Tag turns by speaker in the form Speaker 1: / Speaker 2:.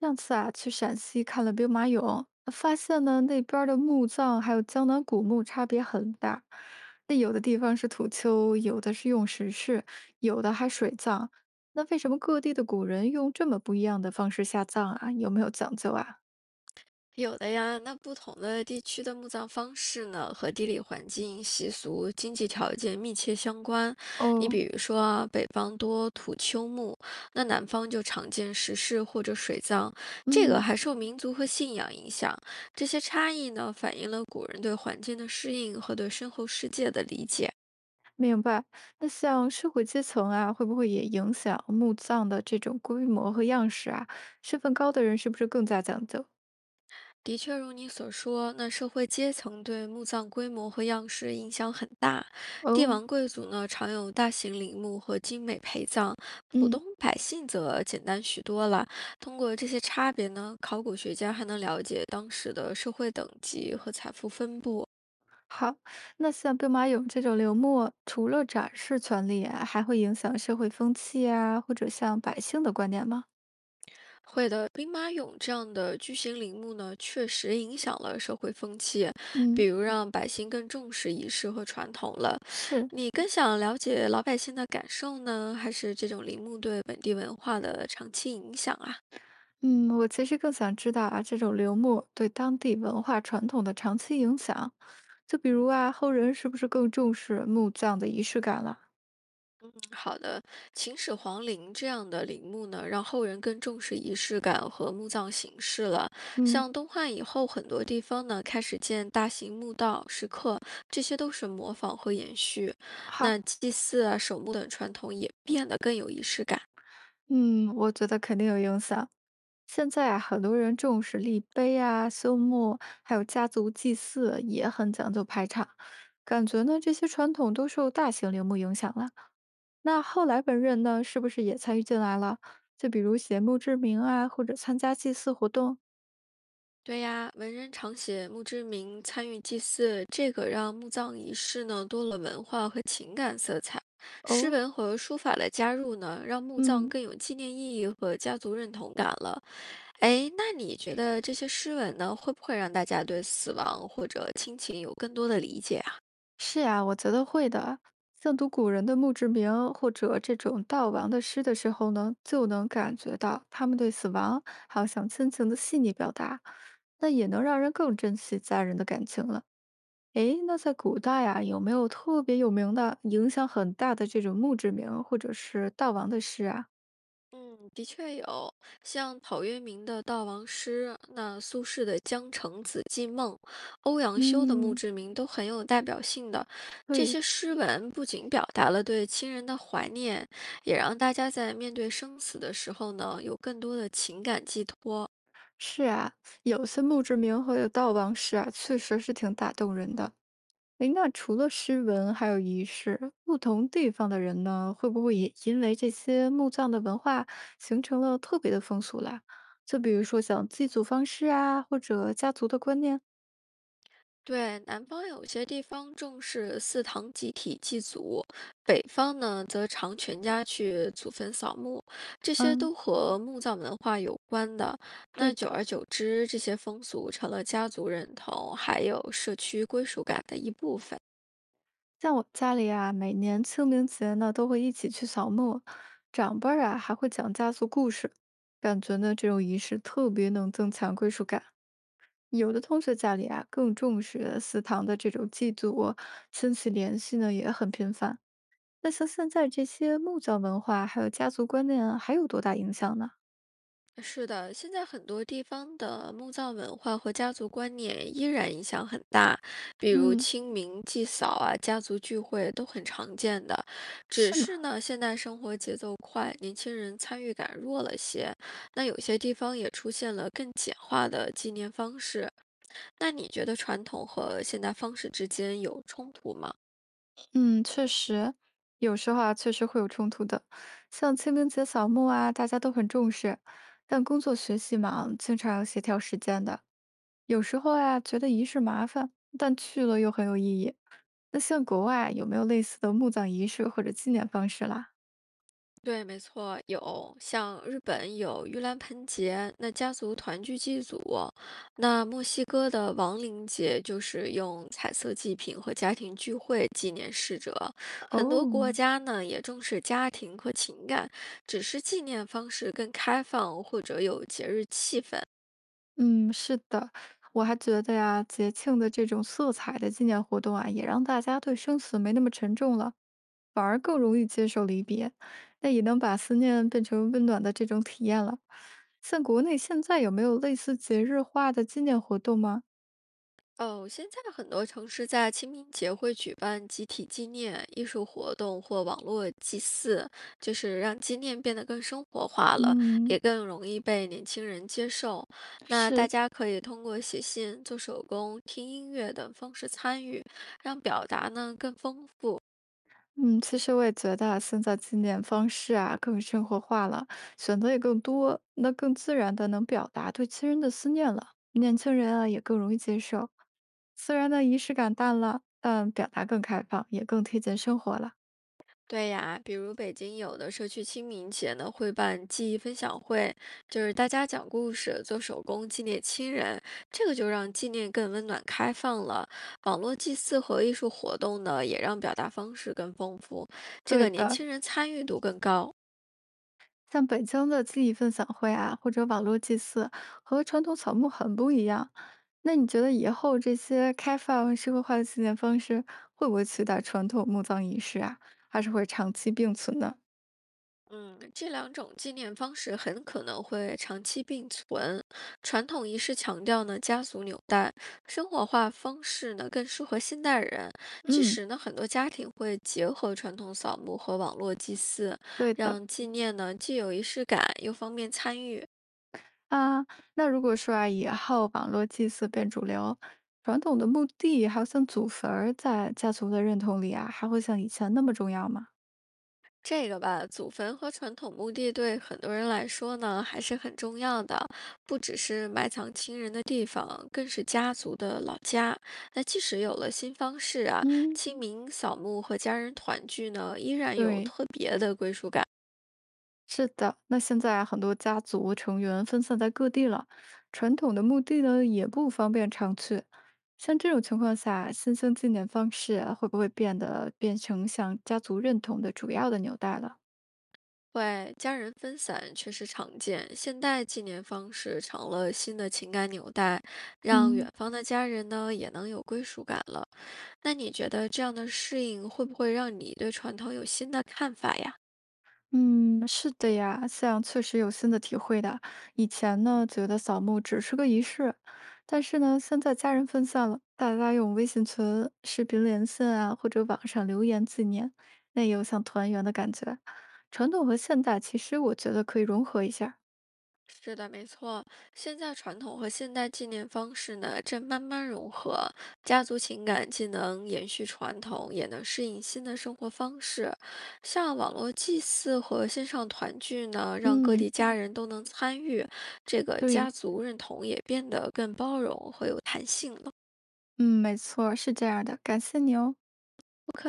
Speaker 1: 上次啊，去陕西看了兵马俑，发现呢那边儿的墓葬还有江南古墓差别很大。那有的地方是土丘，有的是用石室，有的还水葬。那为什么各地的古人用这么不一样的方式下葬啊？有没有讲究啊？
Speaker 2: 有的呀，那不同的地区的墓葬方式呢，和地理环境、习俗、经济条件密切相关。你
Speaker 1: 哦。
Speaker 2: 比如说啊，北方多土丘墓，那南方就常见石室或者水葬，这个
Speaker 1: 嗯。
Speaker 2: 还受民族和信仰影响。这些差异呢，反映了古人对环境的适应和对身后世界的理解。
Speaker 1: 明白。那像社会阶层啊，会不会也影响墓葬的这种规模和样式啊？身份高的人是不是更加讲究？
Speaker 2: 的确，如你所说，那社会阶层对墓葬规模和样式影响很大。帝
Speaker 1: 哦。
Speaker 2: 王贵族呢，常有大型陵墓和精美陪葬；普
Speaker 1: 嗯。
Speaker 2: 通百姓则简单许多了。通过这些差别呢，考古学家还能了解当时的社会等级和财富分布。
Speaker 1: 好。那像兵马俑这种陵墓，除了展示权利啊还会影响社会风气啊，或者像百姓的观念吗？
Speaker 2: 会的，兵马俑这样的巨型陵墓呢，确实影响了社会风气，比
Speaker 1: 嗯。
Speaker 2: 如让百姓更重视仪式和传统了。
Speaker 1: 是。
Speaker 2: 你更想了解老百姓的感受呢，还是这种陵墓对本地文化的长期影响啊？
Speaker 1: 嗯，我其实更想知道啊，这种陵墓对当地文化传统的长期影响，就比如啊，后人是不是更重视墓葬的仪式感了？
Speaker 2: 好的，秦始皇陵这样的陵墓呢，让后人更重视仪式感和墓葬形式了。
Speaker 1: 嗯。
Speaker 2: 像东汉以后，很多地方呢开始建大型墓道、石刻，这些都是模仿和延续。
Speaker 1: 好。
Speaker 2: 那祭祀啊、守墓等传统也变得更有仪式感。
Speaker 1: 嗯，我觉得肯定有影响。现在啊，很多人重视立碑啊、修墓，还有家族祭祀，也很讲究排场。感觉呢，这些传统都受大型陵墓影响了。那后来文人呢，是不是也参与进来了？就比如写墓志铭啊，或者参加祭祀活动。
Speaker 2: 对呀，文人常写墓志铭，参与祭祀，这个让墓葬仪式呢多了文化和情感色彩。诗
Speaker 1: 哦。
Speaker 2: 文和书法的加入呢，让墓葬
Speaker 1: 嗯。
Speaker 2: 更有纪念意义和家族认同感了。哎，那你觉得这些诗文呢，会不会让大家对死亡或者亲情有更多的理解啊？
Speaker 1: 是啊，我觉得会的。像读古人的墓志铭或者这种悼亡的诗的时候呢，就能感觉到他们对死亡还有想亲情的细腻表达，那也能让人更珍惜家人的感情了。诶，那在古代啊，有没有特别有名的、影响很大的这种墓志铭或者是悼亡的诗啊？
Speaker 2: 嗯，的确有，像陶渊明的《悼亡诗》，那苏轼的《江城子寄梦》，欧阳修的《墓
Speaker 1: 嗯。
Speaker 2: 志铭》都很有代表性的。这
Speaker 1: 对。
Speaker 2: 些诗文不仅表达了对亲人的怀念，也让大家在面对生死的时候呢，有更多的情感寄托。
Speaker 1: 是啊，有些墓志铭和有悼亡诗啊，确实是挺打动人的。诶，那除了诗文还有仪式，不同地方的人呢，会不会也因为这些墓葬的文化形成了特别的风俗啦？就比如说像祭祖方式啊，或者家族的观念。
Speaker 2: 对，南方有些地方重视祠堂集体祭祖，北方呢则常全家去祖坟扫墓，这些
Speaker 1: 嗯。
Speaker 2: 都和墓葬文化有关的。
Speaker 1: 对
Speaker 2: 那
Speaker 1: 的。
Speaker 2: 久而久之，这些风俗成了家族认同还有社区归属感的一部分。
Speaker 1: 像我家里啊，每年清明节呢都会一起去扫墓，长辈儿啊还会讲家族故事，感觉呢这种仪式特别能增强归属感。有的同学家里啊更重视祠堂的这种祭祖，亲戚联系呢也很频繁。那像现在这些木匠文化，还有家族观念，还有多大影响呢？
Speaker 2: 是的，现在很多地方的墓葬文化和家族观念依然影响很大，比如
Speaker 1: 嗯。
Speaker 2: 清明祭扫啊，家族聚会都很常见的。只
Speaker 1: 是吗？
Speaker 2: 是呢，现代生活节奏快，年轻人参与感弱了些。那有些地方也出现了更简化的纪念方式。那你觉得传统和现代方式之间有冲突吗？
Speaker 1: 嗯，确实，有时候啊，确实会有冲突的。像清明节扫墓啊，大家都很重视，但工作学习忙，经常要协调时间的。有时候啊，觉得仪式麻烦，但去了又很有意义。那像国外有没有类似的墓葬仪式或者纪念方式啦？
Speaker 2: 对，没错，有像日本有盂兰盆节，那家族团聚祭祖；那墨西哥的亡灵节就是用彩色祭品和家庭聚会纪念逝者。很多国
Speaker 1: 哦。
Speaker 2: 家呢也重视家庭和情感，只是纪念方式更开放或者有节日气氛。
Speaker 1: 嗯，是的，我还觉得呀，节庆的这种色彩的纪念活动啊，也让大家对生死没那么沉重了，反而更容易接受离别，那也能把思念变成温暖的这种体验了。像国内现在有没有类似节日化的纪念活动吗？
Speaker 2: 哦，现在很多城市在清明节会举办集体纪念艺术活动或网络祭祀，就是让纪念变得更生活化了，
Speaker 1: 嗯。
Speaker 2: 也更容易被年轻人接受。那大
Speaker 1: 是。
Speaker 2: 家可以通过写信、做手工、听音乐等方式参与，让表达呢更丰富。
Speaker 1: 嗯，其实我也觉得啊现在纪念方式啊更生活化了，选择也更多，那更自然的能表达对亲人的思念了。年轻人啊也更容易接受，虽然呢仪式感淡了，但表达更开放，也更贴近生活了。
Speaker 2: 对呀，比如北京有的社区清明节呢，会办记忆分享会，就是大家讲故事、做手工纪念亲人，这个就让纪念更温暖开放了。网络祭祀和艺术活动呢，也让表达方式更丰富，这
Speaker 1: 对
Speaker 2: 个年
Speaker 1: 的。
Speaker 2: 轻人参与度更高。
Speaker 1: 像北京的记忆分享会啊，或者网络祭祀，和传统草木很不一样。那你觉得以后这些开放社会化的纪念方式，会不会取代传统墓葬仪式啊？还是会长期并存呢？
Speaker 2: 嗯，这两种纪念方式很可能会长期并存。传统仪式强调呢家族纽带，生活化方式呢更适合现代人。其
Speaker 1: 嗯。
Speaker 2: 实呢，很多家庭会结合传统扫墓和网络祭祀，
Speaker 1: 对的。
Speaker 2: 让纪念呢既有仪式感，又方便参与。
Speaker 1: 啊，那如果说啊，以后网络祭祀变主流，传统的墓地还有像祖坟儿，在家族的认同里啊，还会像以前那么重要吗？
Speaker 2: 这个吧，祖坟和传统墓地对很多人来说呢，还是很重要的，不只是埋藏亲人的地方，更是家族的老家。那即使有了新方式啊，
Speaker 1: 嗯。
Speaker 2: 清明扫墓和家人团聚呢，依然有
Speaker 1: 对。
Speaker 2: 特别的归属感。
Speaker 1: 是的。那现在啊很多家族成员分散在各地了，传统的墓地呢也不方便常去。像这种情况下，新兴纪念方式啊会不会变得变成像家族认同的主要的纽带了？
Speaker 2: 对，家人分散确实常见，现代纪念方式成了新的情感纽带，让
Speaker 1: 嗯。
Speaker 2: 远方的家人呢也能有归属感了。那你觉得这样的适应会不会让你对传统有新的看法呀？
Speaker 1: 嗯，是的呀，像确实有新的体会的。以前呢，觉得扫墓只是个仪式，但是呢，现在家人分散了，大家用微信群、视频连线啊，或者网上留言纪念，那也有像团圆的感觉。传统和现代其实我觉得可以融合一下儿。
Speaker 2: 是的，没错。现在传统和现代纪念方式呢，正慢慢融合，家族情感既能延续传统，也能适应新的生活方式。像网络祭祀和线上团聚呢，让各
Speaker 1: 嗯。
Speaker 2: 地家人都能参与，这个家
Speaker 1: 对。
Speaker 2: 族认同也变得更包容和有弹性了。
Speaker 1: 嗯，没错儿是这样儿的。感谢你哦。
Speaker 2: 不客气。